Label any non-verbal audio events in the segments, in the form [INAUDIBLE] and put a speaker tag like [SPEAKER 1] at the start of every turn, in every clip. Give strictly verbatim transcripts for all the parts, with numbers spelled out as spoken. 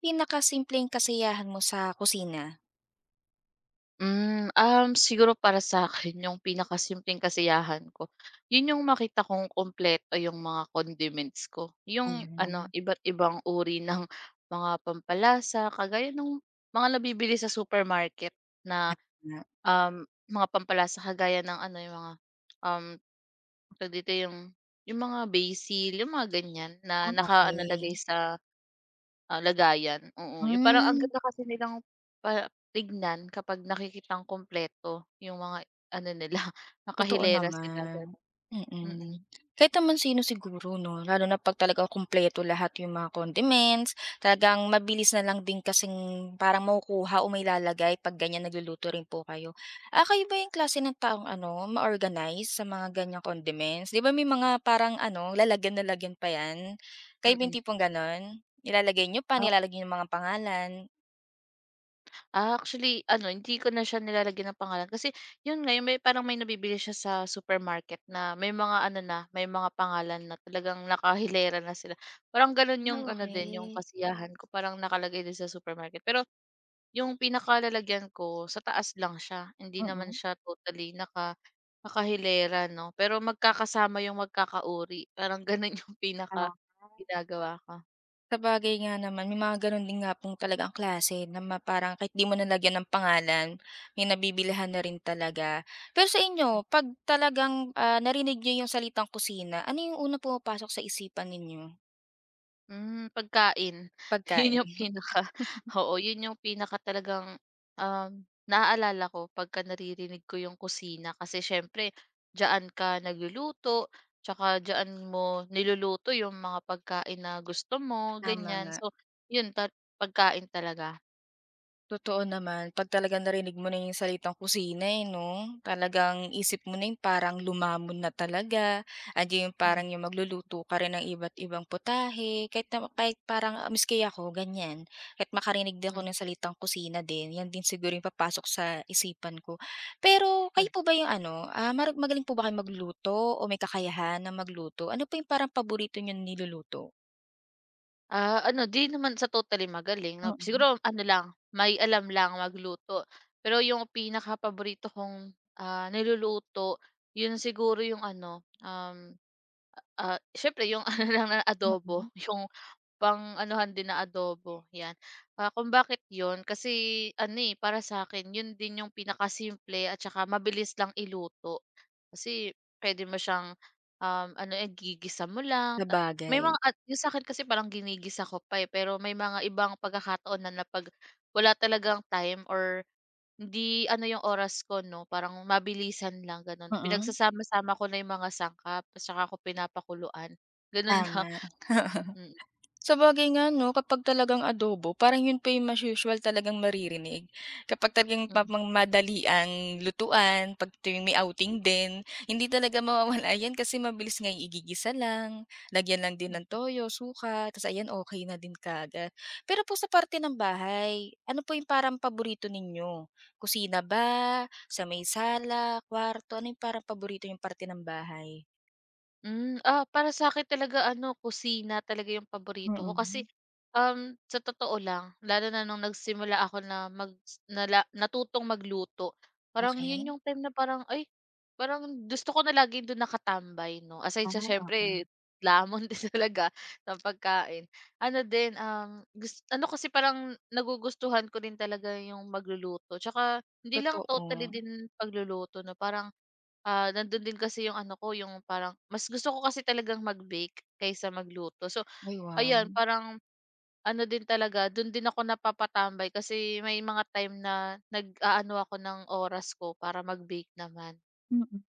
[SPEAKER 1] Pinakasimpleng kasiyahan mo sa kusina?
[SPEAKER 2] Hmm, um, siguro para sa sa'kin yung pinakasimpleng kasiyahan ko, yun yung makita kong kumpleto yung mga condiments ko. Yung ano,
[SPEAKER 1] Ayun.
[SPEAKER 2] iba't ibang uri ng mga pampalasa kagaya ng mga nabibili sa supermarket na,
[SPEAKER 1] Na
[SPEAKER 2] um, mga pampalasa kagaya ng ano, yung mga, um, tawag dito, yung yung mga basil, yung mga ganyan na
[SPEAKER 1] ah,
[SPEAKER 2] naka ah,
[SPEAKER 1] okey.
[SPEAKER 2] nakalagay sa Ah, lagayan, oo. Yung parang ang
[SPEAKER 1] Hmm.
[SPEAKER 2] ganda kasi nilang pa tignan kapag nakikitang kumpleto yung mga ano nila, [LAUGHS]
[SPEAKER 1] Totoo
[SPEAKER 2] nakahilera sila gano'n.
[SPEAKER 1] naman,
[SPEAKER 2] Mm,
[SPEAKER 1] mm. Kahit naman sino siguro 'no, lalo na 'pag talagang kumpleto lahat yung mga condiments, talagang mabilis na lang din kasing parang makukuha o mai-lalagay 'pag ganyan nagluluto rin po kayo. Ah, kayo ba yung klase ng taong ano, ma-organize sa mga ganyang condiments? 'Di ba may mga parang ano, lalagyan lalagyan pa 'yan? Kayo ba yung
[SPEAKER 2] mm.
[SPEAKER 1] tipong gano'n? Nilalagay nyo pa, nilalagay yung mga pangalan?
[SPEAKER 2] Ah, actually ano, hindi ko na siya nilalagyan ng pangalan kasi yun nga, yung may parang may nabibili siya sa supermarket na may mga ano na, may mga pangalan na talagang nakahilera na sila. Parang ganun
[SPEAKER 1] Ah,
[SPEAKER 2] yung ano din, yung
[SPEAKER 1] okey.
[SPEAKER 2] kasiyahan ko parang nakalagay din sa supermarket. Pero yung pinakalalagyan ko sa taas lang siya, hindi naman
[SPEAKER 1] Mm.
[SPEAKER 2] siya totally naka nakahilera 'no, pero magkakasama yung magkakauri, parang ganun [LAUGHS] yung pinaka ginagawa ko.
[SPEAKER 1] Sabagay nga naman, may mga gano'n din nga pong talagang klase na ma parang kahit 'di mo na lagyan ng pangalan, may nabibilhan na rin talaga. Pero sa inyo 'pag talagang, ah, narinig niyo yung salitang kusina, ano yung unang pumapasok sa isipan ninyo?
[SPEAKER 2] Hmm, pagkain. [LAUGHS]
[SPEAKER 1] Pagkain,
[SPEAKER 2] 'Yun yung pinaka oo, 'yun yung pinaka talagang, um, naaalala ko pagka naririnig ko yung kusina kasi siyempre diyaan ka nagluluto, tsaka diyaan mo niluluto yung mga pagkain na gusto mo,
[SPEAKER 1] tama
[SPEAKER 2] ganyan.
[SPEAKER 1] nga.
[SPEAKER 2] So, 'yun ta pagkain talaga.
[SPEAKER 1] Totoo naman, 'pag talagang narinig mo na yung salitang kusina, eh, 'no? Talagang isip mo na yung parang lumamon na talaga, andiyan yung
[SPEAKER 2] Hmm,
[SPEAKER 1] parang yung magluluto ka rin ng iba't ibang putahe, kahit na kahit parang ah, miski ako ganyan, kahit makarinig din ako
[SPEAKER 2] mm.
[SPEAKER 1] ng salitang kusina din, 'yan din siguro yung papasok sa isipan ko. Pero kayo po ba yung ano, ah, maru magaling po ba kayong magluto o may kakayahan na magluto? Ano pa yung parang paborito niyong niluluto?
[SPEAKER 2] Ah, ano, 'di naman sa totally magaling 'no,
[SPEAKER 1] Mm,
[SPEAKER 2] siguro ano lang, may alam lang magluto. Pero yung pinakapaborito kong, ah, niluluto, yun siguro yung ano, um, ah, siyempre yung [LAUGHS] ano lang na adobo,
[SPEAKER 1] mm.
[SPEAKER 2] yung pang-anuhan din na adobo, 'yan. Ah, kung bakit yun, kasi ano, eh, para sa akin yun din yung pinakasimple at saka mabilis lang iluto. Kasi pwede mo siyang, um, ano, eh, gigisa mo lang ta may mga
[SPEAKER 1] Sabagay.
[SPEAKER 2] at yung sa akin kasi parang ginigisa ko pa, eh, pero may mga ibang pagkakataon na na 'pag wala talagang time or hindi ano yung oras ko 'no, parang mabilisan lang gano'n.
[SPEAKER 1] Mm.
[SPEAKER 2] Pinagsasama-sama ko na yung mga sangkap at saka ko pinapakuluan, gano'n lang.
[SPEAKER 1] Tama.
[SPEAKER 2] [LAUGHS] Mm,
[SPEAKER 1] Sabagay nga 'no, kapag talagang adobo parang yun pa yung mas usual talagang maririnig. Kapag talagang ma
[SPEAKER 2] mm.
[SPEAKER 1] madali ang lutuan, 'pag tuwing may outing din, hindi talaga mawawala yan kasi mabilis nga igigisa lang, lagyan lang din ng toyo, suka, tas ayan okay na din kaagad. Pero po sa parte ng bahay, ano po yung parang paborito ninyo? Kusina ba, sa may sala, kwarto, ano yung parang paborito yung parte ng bahay?
[SPEAKER 2] Hmm, ah, para sa akin talaga ano, kusina talaga yung paborito ko
[SPEAKER 1] Mm.
[SPEAKER 2] kasi, um, sa totoo lang, lalo na nung nagsimula ako na mag nala natutong magluto, parang
[SPEAKER 1] Okey.
[SPEAKER 2] yun yung time na parang, ay, parang gusto ko na laging dun nakatambay 'no, aside
[SPEAKER 1] Ah,
[SPEAKER 2] sa
[SPEAKER 1] okay.
[SPEAKER 2] siyempre lamon [LAUGHS] din talaga ng pagkain. Ano din, um, gus ano kasi parang nagugustuhan ko din talaga yung magluluto 'tsaka hindi lang totally
[SPEAKER 1] Totoo.
[SPEAKER 2] din pagluluto 'no, parang, ah, nandun din kasi yung ano ko, yung parang mas gusto ko kasi talagang mag-bake kaysa magluto. So,
[SPEAKER 1] Ay,
[SPEAKER 2] ayan
[SPEAKER 1] wow.
[SPEAKER 2] parang ano din talaga, dun din ako napapatambay kasi may mga time na nag-aano ako ng oras ko para mag-bake naman,
[SPEAKER 1] Mm.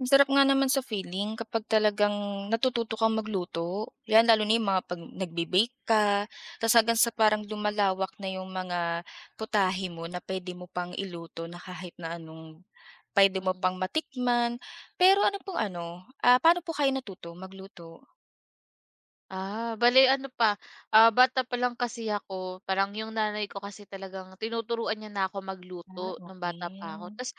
[SPEAKER 1] Ang sarap nga naman sa feeling kapag talagang natututo kang magluto. 'Yan lalo na 'yung mga 'pag nagbe-bake ka, ta's hanggang sa parang lumalawak na 'yung mga putahe mo na puwede mo pang iluto na kahit na anong puwede mo
[SPEAKER 2] mm.
[SPEAKER 1] pang matikman. Pero ano pong ano, ah, paano po kayo natuto magluto?
[SPEAKER 2] Ah, bale ano pa, ah, bata pa lang kasi ako, parang yung nanay ko kasi talagang tinuturuan niya na ako magluto
[SPEAKER 1] Ah,
[SPEAKER 2] nung
[SPEAKER 1] okey.
[SPEAKER 2] bata pa ako ta's.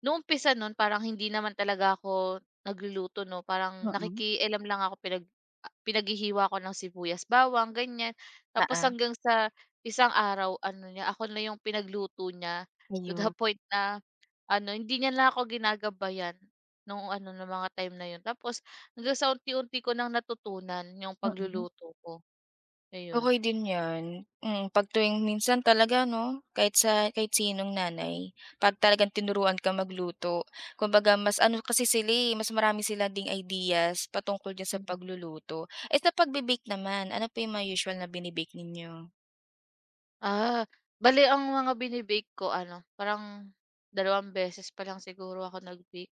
[SPEAKER 2] Nung umpisa nun parang hindi naman talaga ako nagluluto 'no,
[SPEAKER 1] Hmm.
[SPEAKER 2] parang
[SPEAKER 1] Mm. Oo,
[SPEAKER 2] nakikialam lang ako pinag ah, pinaghihiwa ako ng sibuyas, bawang, ganyan.
[SPEAKER 1] ah,
[SPEAKER 2] Tapos
[SPEAKER 1] ah,
[SPEAKER 2] hanggang sa isang araw ano niya, ako na yung pinagluto niya to the
[SPEAKER 1] ayun.
[SPEAKER 2] [LAUGHS] point na ano, hindi niya na ako ginagabayan nung ano, nung mga time na yun. Tapos hanggang sa unti-unti ko nang natutunan yung
[SPEAKER 1] Mm.
[SPEAKER 2] pagluluto ko, ayun.
[SPEAKER 1] Okey din 'yan, mm, 'pag tuwing minsan talaga 'no, kahit sa kahit sinong nanay, 'pag talagang tinuruan ka magluto, kumbaga mas ano kasi sila, eh, mas marami sila ding ideas patungkol diyan sa
[SPEAKER 2] Mm.
[SPEAKER 1] pagluluto. Eh, sa pagbe-bake naman, ano pa yung mga usual na bini-bake ninyo?
[SPEAKER 2] Ah, Bale ang mga bini-bake ko ano, parang dalawang beses pa lang siguro ako nag-bake.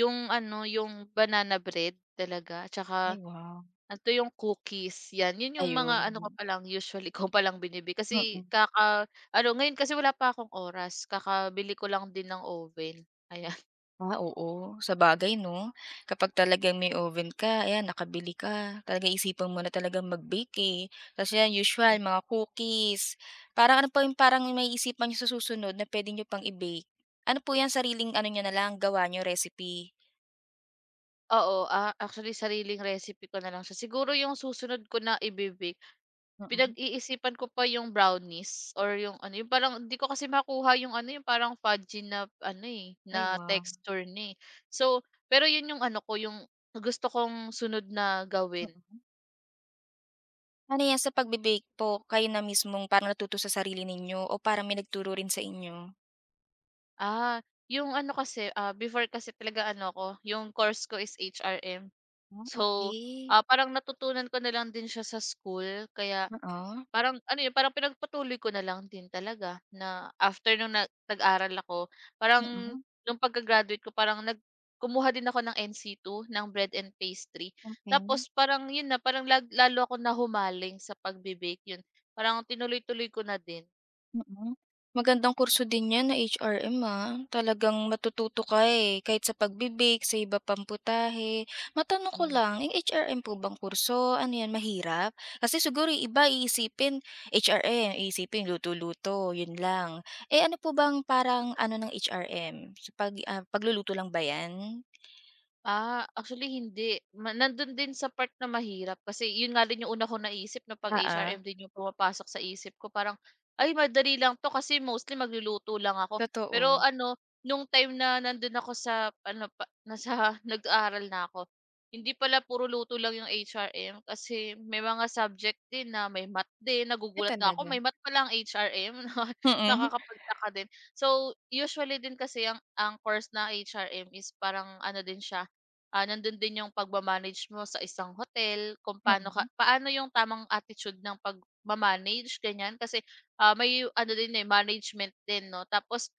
[SPEAKER 2] Yung ano, yung banana bread talaga, tsaka
[SPEAKER 1] Ay, wow.
[SPEAKER 2] ano 'to, yung cookies, 'yan. 'Yun yung mga
[SPEAKER 1] Ayun,
[SPEAKER 2] ano ko pa lang, usually ko pa lang bini kasi
[SPEAKER 1] mm.
[SPEAKER 2] kaka-ano, ngayon kasi wala pa akong oras, kakabili ko lang din ng oven, ayan. [LAUGHS]
[SPEAKER 1] Ah, oo. Sabagay 'no, kapag talagang may oven ka, ayan nakabili ka, talagang isipan mo na talagang mag-bake, eh. Tapos 'yan usual mga cookies, parang ano pa yung parang maiisipan niyo sa susunod na puwede niyo pang i-bake? Ano po 'yan, sariling ano niyo na lang, gawa niyo, recipe?
[SPEAKER 2] Oo, ah, actually sariling recipe ko na lang siya. Siguro yung susunod ko na ibibig
[SPEAKER 1] Mm.
[SPEAKER 2] pinag-iisipan ko pa yung brownies or yung ano, yung parang hindi ko kasi makuha yung ano, yung parang fudgy na ano, eh,
[SPEAKER 1] Ay,
[SPEAKER 2] na
[SPEAKER 1] wow.
[SPEAKER 2] texture ni eh. So, pero yun yung ano ko, yung gusto kong sunod na gawin.
[SPEAKER 1] Mm. Ano 'yan, sa pagbe-bake po, kayo na mismong parang natuto sa sarili ninyo o parang may nagturo rin sa inyo?
[SPEAKER 2] Ah, yung ano kasi, ah, before kasi talaga ano ko, yung course ko is H R M.
[SPEAKER 1] Ah,
[SPEAKER 2] So,
[SPEAKER 1] okey.
[SPEAKER 2] ah, parang natutunan ko na lang din siya sa school kaya
[SPEAKER 1] Oo.
[SPEAKER 2] parang ano yun, parang pinagpatuloy ko na lang din talaga na after nung nag nag-aral ako, parang
[SPEAKER 1] Mm.
[SPEAKER 2] nung pagka-graduate ko parang nag kumuha din ako ng nc two ng bread and pastry.
[SPEAKER 1] Okey.
[SPEAKER 2] Tapos parang yun na, parang lag lalo ako nahumaling sa pagbe-bake, yun. Parang tinuloy-tuloy ko na din.
[SPEAKER 1] Mm. Magandang kurso din 'yan na H R M, ah. Talagang matututo ka, eh, kahit sa pagbibig sa iba pang putahe. Matanong ko lang, yung H R M po bang kurso, ano 'yan, mahirap? Kasi siguro yung iba iisipin H R M, iisipin luto-luto, 'yun lang. Eh, ano po bang parang ano ng H R M? Sa pag ah, pagluluto lang ba 'yan?
[SPEAKER 2] Ah, actually hindi, ma nandun din sa part na mahirap kasi yun nga din yung una kong naisip na 'pag
[SPEAKER 1] Oo,
[SPEAKER 2] H R M din yung pumapasok sa isip ko parang, "Ay madali lang 'to kasi mostly magluluto lang ako."
[SPEAKER 1] totoo.
[SPEAKER 2] Pero ano, nung time na nandun ako sa ano pa nasa [LAUGHS] nag-aaral na ako, hindi pala puro luto lang yung H R M kasi may mga subject din na may math din,
[SPEAKER 1] Ay
[SPEAKER 2] nagugulat na ako
[SPEAKER 1] talaga?
[SPEAKER 2] may math pala ang H R M na [LAUGHS]
[SPEAKER 1] Mm,
[SPEAKER 2] nakakapagtaka din. So, usually din kasi ang ang course na H R M is parang ano din siya. Ah, nandun din yung pagma mo sa isang hotel, kung paano ka
[SPEAKER 1] mm.
[SPEAKER 2] paano yung tamang attitude ng pagma-manage ganyan. Kasi, ah, may ano din, eh, management din 'no. Tapos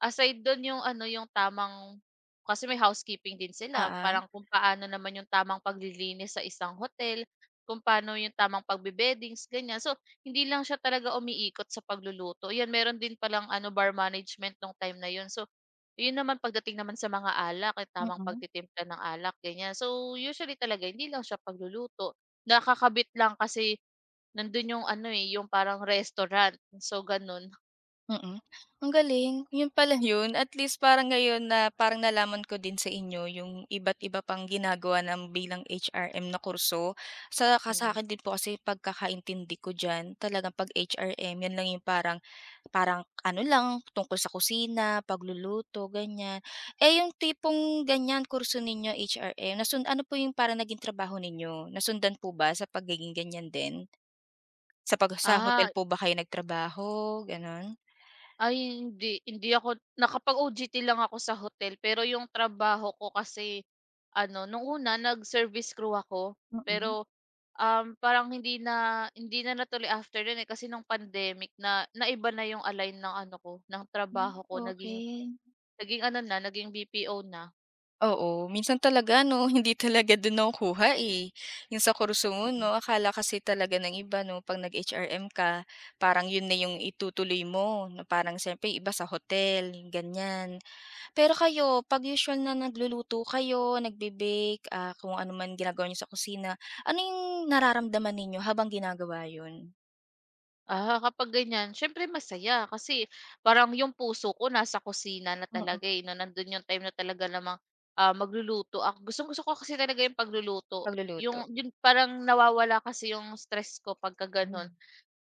[SPEAKER 2] aside dun yung ano, yung tamang kasi may housekeeping din sila,
[SPEAKER 1] Oo,
[SPEAKER 2] parang kung paano naman yung tamang paglilinis sa isang hotel, kung paano yung tamang pagbe-beddings ganyan. So, hindi lang siya talaga umiikot sa pagluluto, 'yan meron din palang ano, bar management nung time na yun. So, yun naman pagdating naman sa mga alak, eh, tamang
[SPEAKER 1] mm.
[SPEAKER 2] pagtitimpla ng alak ganyan. So, usually talaga hindi lang siya pagluluto, nakakabit lang kasi nandun yung ano, eh, yung parang restaurant, so ganun.
[SPEAKER 1] Mm. Ang galing, yun pala yun. At least parang ngayon na parang nalaman ko din sa inyo yung iba't iba pang ginagawa ng bilang H R M na kurso. Sa
[SPEAKER 2] Mm.
[SPEAKER 1] sa'kin din po kasi pagkakaintindi ko diyan, talagang 'pag H R M yun lang yung parang parang ano lang, tungkol sa kusina, pagluluto, ganyan. Eh, yung tipong ganyan kurso ninyo H R M, nasun ano po yung parang naging trabaho ninyo? Nasundan po ba sa pagiging ganyan din? Sa pag sa hotel
[SPEAKER 2] Ah,
[SPEAKER 1] po ba kayo nagtrabaho, gano'n?
[SPEAKER 2] Ay hindi, hindi ako nakapag-O J T lang ako sa hotel pero yung trabaho ko kasi ano nung una nag-service crew ako
[SPEAKER 1] Mm.
[SPEAKER 2] pero, um, parang hindi na hindi na natuloy after nun, eh, kasi nung pandemic na naiba na yung align ng ano ko ng
[SPEAKER 1] Hmm,
[SPEAKER 2] trabaho ko naging
[SPEAKER 1] okey.
[SPEAKER 2] naging ano na, naging B P O na.
[SPEAKER 1] Oo, minsan talaga no, [LAUGHS] hindi talaga dun nakukuha, eh, yung sa kurso mo
[SPEAKER 2] Mm.
[SPEAKER 1] 'no. Akala kasi talaga ng iba 'no 'pag nag-H R M ka parang yun na yung itutuloy mo na parang siyempre iba sa hotel, ganyan. Pero kayo 'pag usual na nagluluto kayo, nagbe-bake, ah, kung ano man ginagawa niyo sa kusina, ano yung nararamdaman ninyo habang ginagawa yun?
[SPEAKER 2] Ah, kapag ganyan siyempre masaya kasi parang yung puso ko nasa kusina na
[SPEAKER 1] Mm,
[SPEAKER 2] talaga, eh, 'no. Nandun yung time na talaga namang, ah, magluluto ako. Gustong-gusto ko kasi talaga yung pagluluto.
[SPEAKER 1] pagluluto.
[SPEAKER 2] Yung yun parang nawawala kasi yung stress ko pagka gano'n.
[SPEAKER 1] Hmm,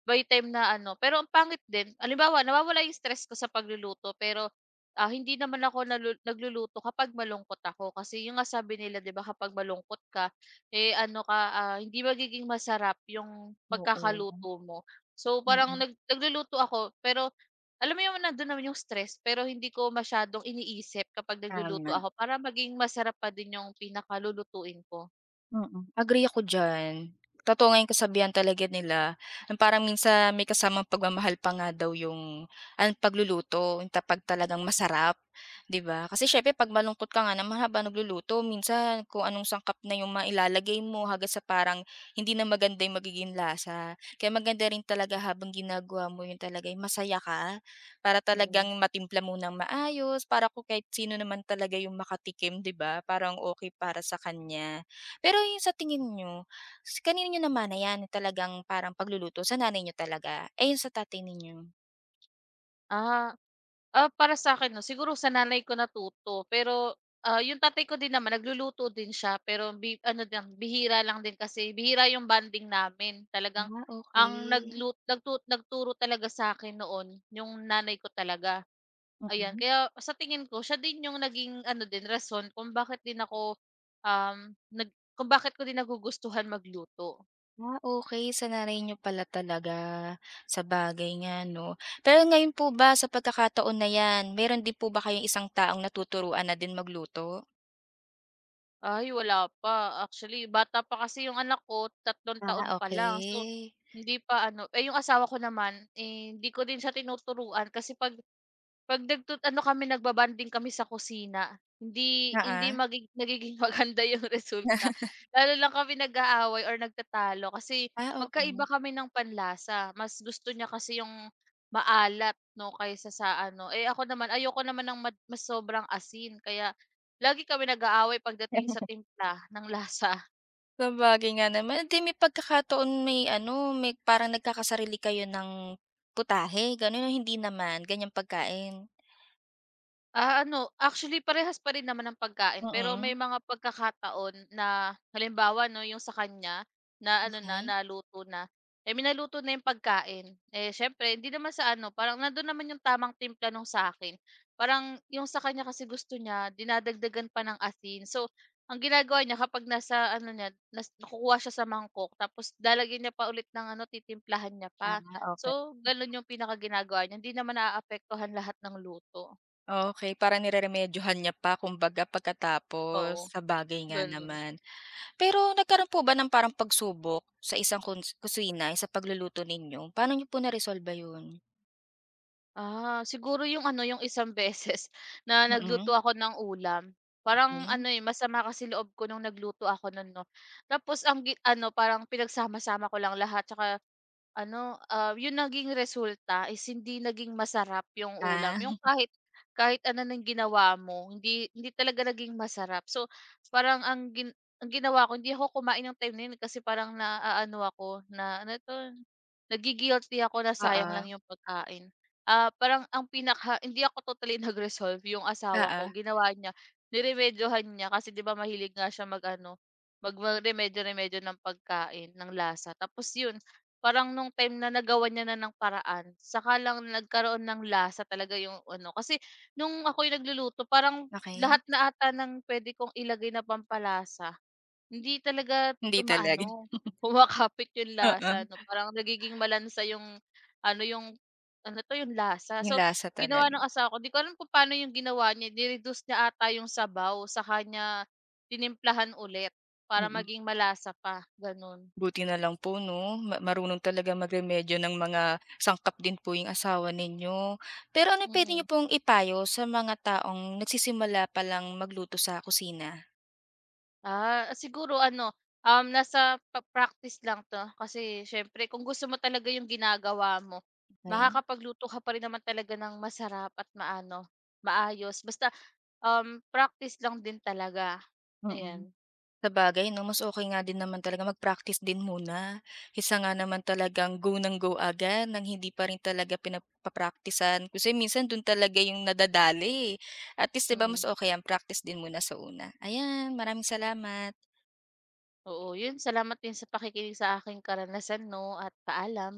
[SPEAKER 2] By time na ano pero ang pangit din halimbawa nawawala yung stress ko sa pagluluto pero, ah, hindi naman ako nalu nagluluto kapag malungkot ako kasi yung nga sabi nila 'di ba kapag malungkot ka, eh, ano ka, ah, hindi magiging masarap yung
[SPEAKER 1] oo.
[SPEAKER 2] pagkakaluto mo. So parang
[SPEAKER 1] Mm,
[SPEAKER 2] nag nagluluto ako pero alam mo yung nandun naman yung stress pero hindi ko masyadong iniisip kapag nagluluto
[SPEAKER 1] tama.
[SPEAKER 2] ako para maging masarap pa din yung pinakalulutuin ko,
[SPEAKER 1] Mm, agree ako diyan. Totoo nga yung kasabihan talaga nila, yung parang minsan may kasamang pagmamahal pa nga daw yung ang pagluluto, yung ta 'pag talagang masarap, 'di ba? Kasi syempre 'pag malungkot ka nga naman habang nagluluto minsan kung anong sangkap na yung mailalagay mo hangga't sa parang hindi na maganda yung magiging lasa. Kaya maganda rin talaga habang ginagawa mo yun talaga yung masaya ka, para
[SPEAKER 2] mm.
[SPEAKER 1] talagang
[SPEAKER 2] Mm.
[SPEAKER 1] matimpla mo ng maayos, para kung kahit sino naman talaga yung makatikim, 'di ba, parang okay para sa kanya. Pero yung sa tingin niyo, s kanino niyo namanayan talagang parang pagluluto sa nanay niyo talaga, eh, yung sa tatay ninyo?
[SPEAKER 2] Ah, Ah, para sa akin 'no, siguro sa nanay ko natuto. Pero, ah, yung tatay ko din naman nagluluto din siya, pero bi ano din bihira lang din kasi bihira yung banding namin. Talagang
[SPEAKER 1] Ah,
[SPEAKER 2] ang
[SPEAKER 1] okay.
[SPEAKER 2] naglut nagtu nagturo talaga sa akin noon yung nanay ko talaga, ayan.
[SPEAKER 1] Mm.
[SPEAKER 2] Kaya sa tingin ko siya din yung naging ano din rason kung bakit din ako, um, nag kung bakit ko din nagugustuhan magluto.
[SPEAKER 1] Ah, okay sa nanay niyo pala talaga. Sa bagay nga 'no. Pero ngayon po ba sa pagkakataon na 'yan, meron din po ba kayong isang taong natuturuan na din magluto?
[SPEAKER 2] Ay, wala pa. Actually, bata pa kasi yung anak ko, tatlong
[SPEAKER 1] Ah,
[SPEAKER 2] taon pa lang. So,
[SPEAKER 1] okay.
[SPEAKER 2] hindi pa ano eh, yung asawa ko naman, eh, hindi ko din siya tinuturuan kasi 'pag 'pag nagtu ano kami, nagbabanding kami sa kusina, hindi
[SPEAKER 1] Oo.
[SPEAKER 2] hindi
[SPEAKER 1] Ah,
[SPEAKER 2] magig nagiging [LAUGHS] maganda yung resulta. Lalo lang kami nag-aaway or nagtatalo kasi
[SPEAKER 1] ah, okay.
[SPEAKER 2] magkaiba kami ng panlasa. Mas gusto niya kasi yung maalat 'no, kaysa sa ano eh, ako naman ayoko naman ng mad mas sobrang asin kaya lagi kami nag-aaway pagdating sa timpla ng lasa.
[SPEAKER 1] Sabagay nga naman, di may pagkakataon may ano, may parang nagkakasarili kayo ng putahe ganon o hindi naman ganyang pagkain?
[SPEAKER 2] Ah, ano, actually parehas pa rin naman ang pagkain pero may
[SPEAKER 1] Mm,
[SPEAKER 2] mga pagkakataon na halimbawa 'no, yung sa kanya na ano na,
[SPEAKER 1] okey.
[SPEAKER 2] naluto na. Eh, minaluto na yung pagkain. Eh, siyempre hindi naman sa ano, parang nandun naman yung tamang timpla nung sa'kin. Parang yung sa kanya kasi gusto niya dinadagdagan pa ng asin. So, ang ginagawa niya kapag nasa ano niya, nas kukuha siya sa mangkok tapos lalagyan niya pa ulit ng ano, titimplahan niya
[SPEAKER 1] Ah,
[SPEAKER 2] pa.
[SPEAKER 1] okey.
[SPEAKER 2] So, ganun yung pinakaginagawa niya, hindi naman naaapektuhan lahat ng luto,
[SPEAKER 1] Okey, parang nireremedyohan niya pa kumbaga pagkatapos,
[SPEAKER 2] oo.
[SPEAKER 1] sabagay nga
[SPEAKER 2] Gano'n.
[SPEAKER 1] naman. Pero nagkaroon po ba ng parang pagsubok sa isang kuns kusina sa pagluluto ninyo? Paano niyo po naresolba yun?
[SPEAKER 2] Ah, siguro yung ano, yung isang beses [LAUGHS] na
[SPEAKER 1] Mm,
[SPEAKER 2] nagluto ako ng ulam. Parang
[SPEAKER 1] okey.
[SPEAKER 2] ano, eh, masama kasi loob ko nung nagluto ako nun 'no. Tapos ang gi ano, parang pinagsama-sama ko lang lahat tsaka ano, ah, yung naging resulta is hindi naging masarap yung ulam, yung
[SPEAKER 1] Ah,
[SPEAKER 2] kahit kahit ano na ginawa mo hindi hindi talaga naging masarap. So, parang ang gin ang ginawa ko hindi ako kumain ng time na yun kasi parang naaano ako na ano 'to, nagi-guilty ako na sayang
[SPEAKER 1] oo,
[SPEAKER 2] lang yung pagkain. Ah, parang ang pinaka hindi ako totally [LAUGHS] nag-resolve yung asawa
[SPEAKER 1] oo,
[SPEAKER 2] ko ginawa niya, niremedyohan niya kasi 'di ba mahilig nga siya mag-ano, mag ano, mag remedyo-remedyo ng pagkain, ng lasa tapos yun parang nung time na nagawan niya na ng paraan, saka lang nagkaroon ng lasa talaga yung ano, kasi nung ako yung nagluluto parang lahat
[SPEAKER 1] okey.
[SPEAKER 2] na ata ng puwede kong ilagay na pampalasa, hindi talaga
[SPEAKER 1] Hindi talaga,
[SPEAKER 2] umaano,
[SPEAKER 1] [LAUGHS]
[SPEAKER 2] [LAUGHS] kumakapit yung lasa 'no,
[SPEAKER 1] oo,
[SPEAKER 2] parang nagiging malansa yung ano, yung ano 'to, yung lasa.
[SPEAKER 1] yung
[SPEAKER 2] So,
[SPEAKER 1] lasa
[SPEAKER 2] ginawa
[SPEAKER 1] talaga,
[SPEAKER 2] ng asawa ko, 'di ko alam kung paano yung ginawa niya, ni-reduce niya ata yung sabaw saka niya tinimplahan ulit para
[SPEAKER 1] mm.
[SPEAKER 2] maging malasa pa, gano'n.
[SPEAKER 1] Buti na lang po 'no, ma marunong talaga magremedyo ng mga sangkap din po yung asawa ninyo. Pero ano puwede niyo
[SPEAKER 2] Mm.
[SPEAKER 1] pong ipayo sa mga taong nagsisimula pa lang magluto sa kusina?
[SPEAKER 2] Ah, siguro ano, um, nasa pa practice lang 'to kasi siyempre kung gusto mo talaga yung ginagawa mo,
[SPEAKER 1] Okey,
[SPEAKER 2] makakapagluto ka pa rin naman talaga ng masarap at maano, maayos basta, um, practice lang din talaga,
[SPEAKER 1] mm.
[SPEAKER 2] ayan.
[SPEAKER 1] Sa bagay 'no, mas okay nga din naman talaga mag-practice din muna, kaysa nga naman talagang go ng go agad ng hindi pa rin talaga pinagpa-praktisan. Kasi minsan dun talaga yung nadadali, eh. At least 'di ba
[SPEAKER 2] Mm,
[SPEAKER 1] mas okey ang practice din muna sa una. Ayan, maraming salamat.
[SPEAKER 2] oo, yun salamat din sa pakikinig sa aking karanasan 'no, at paalam.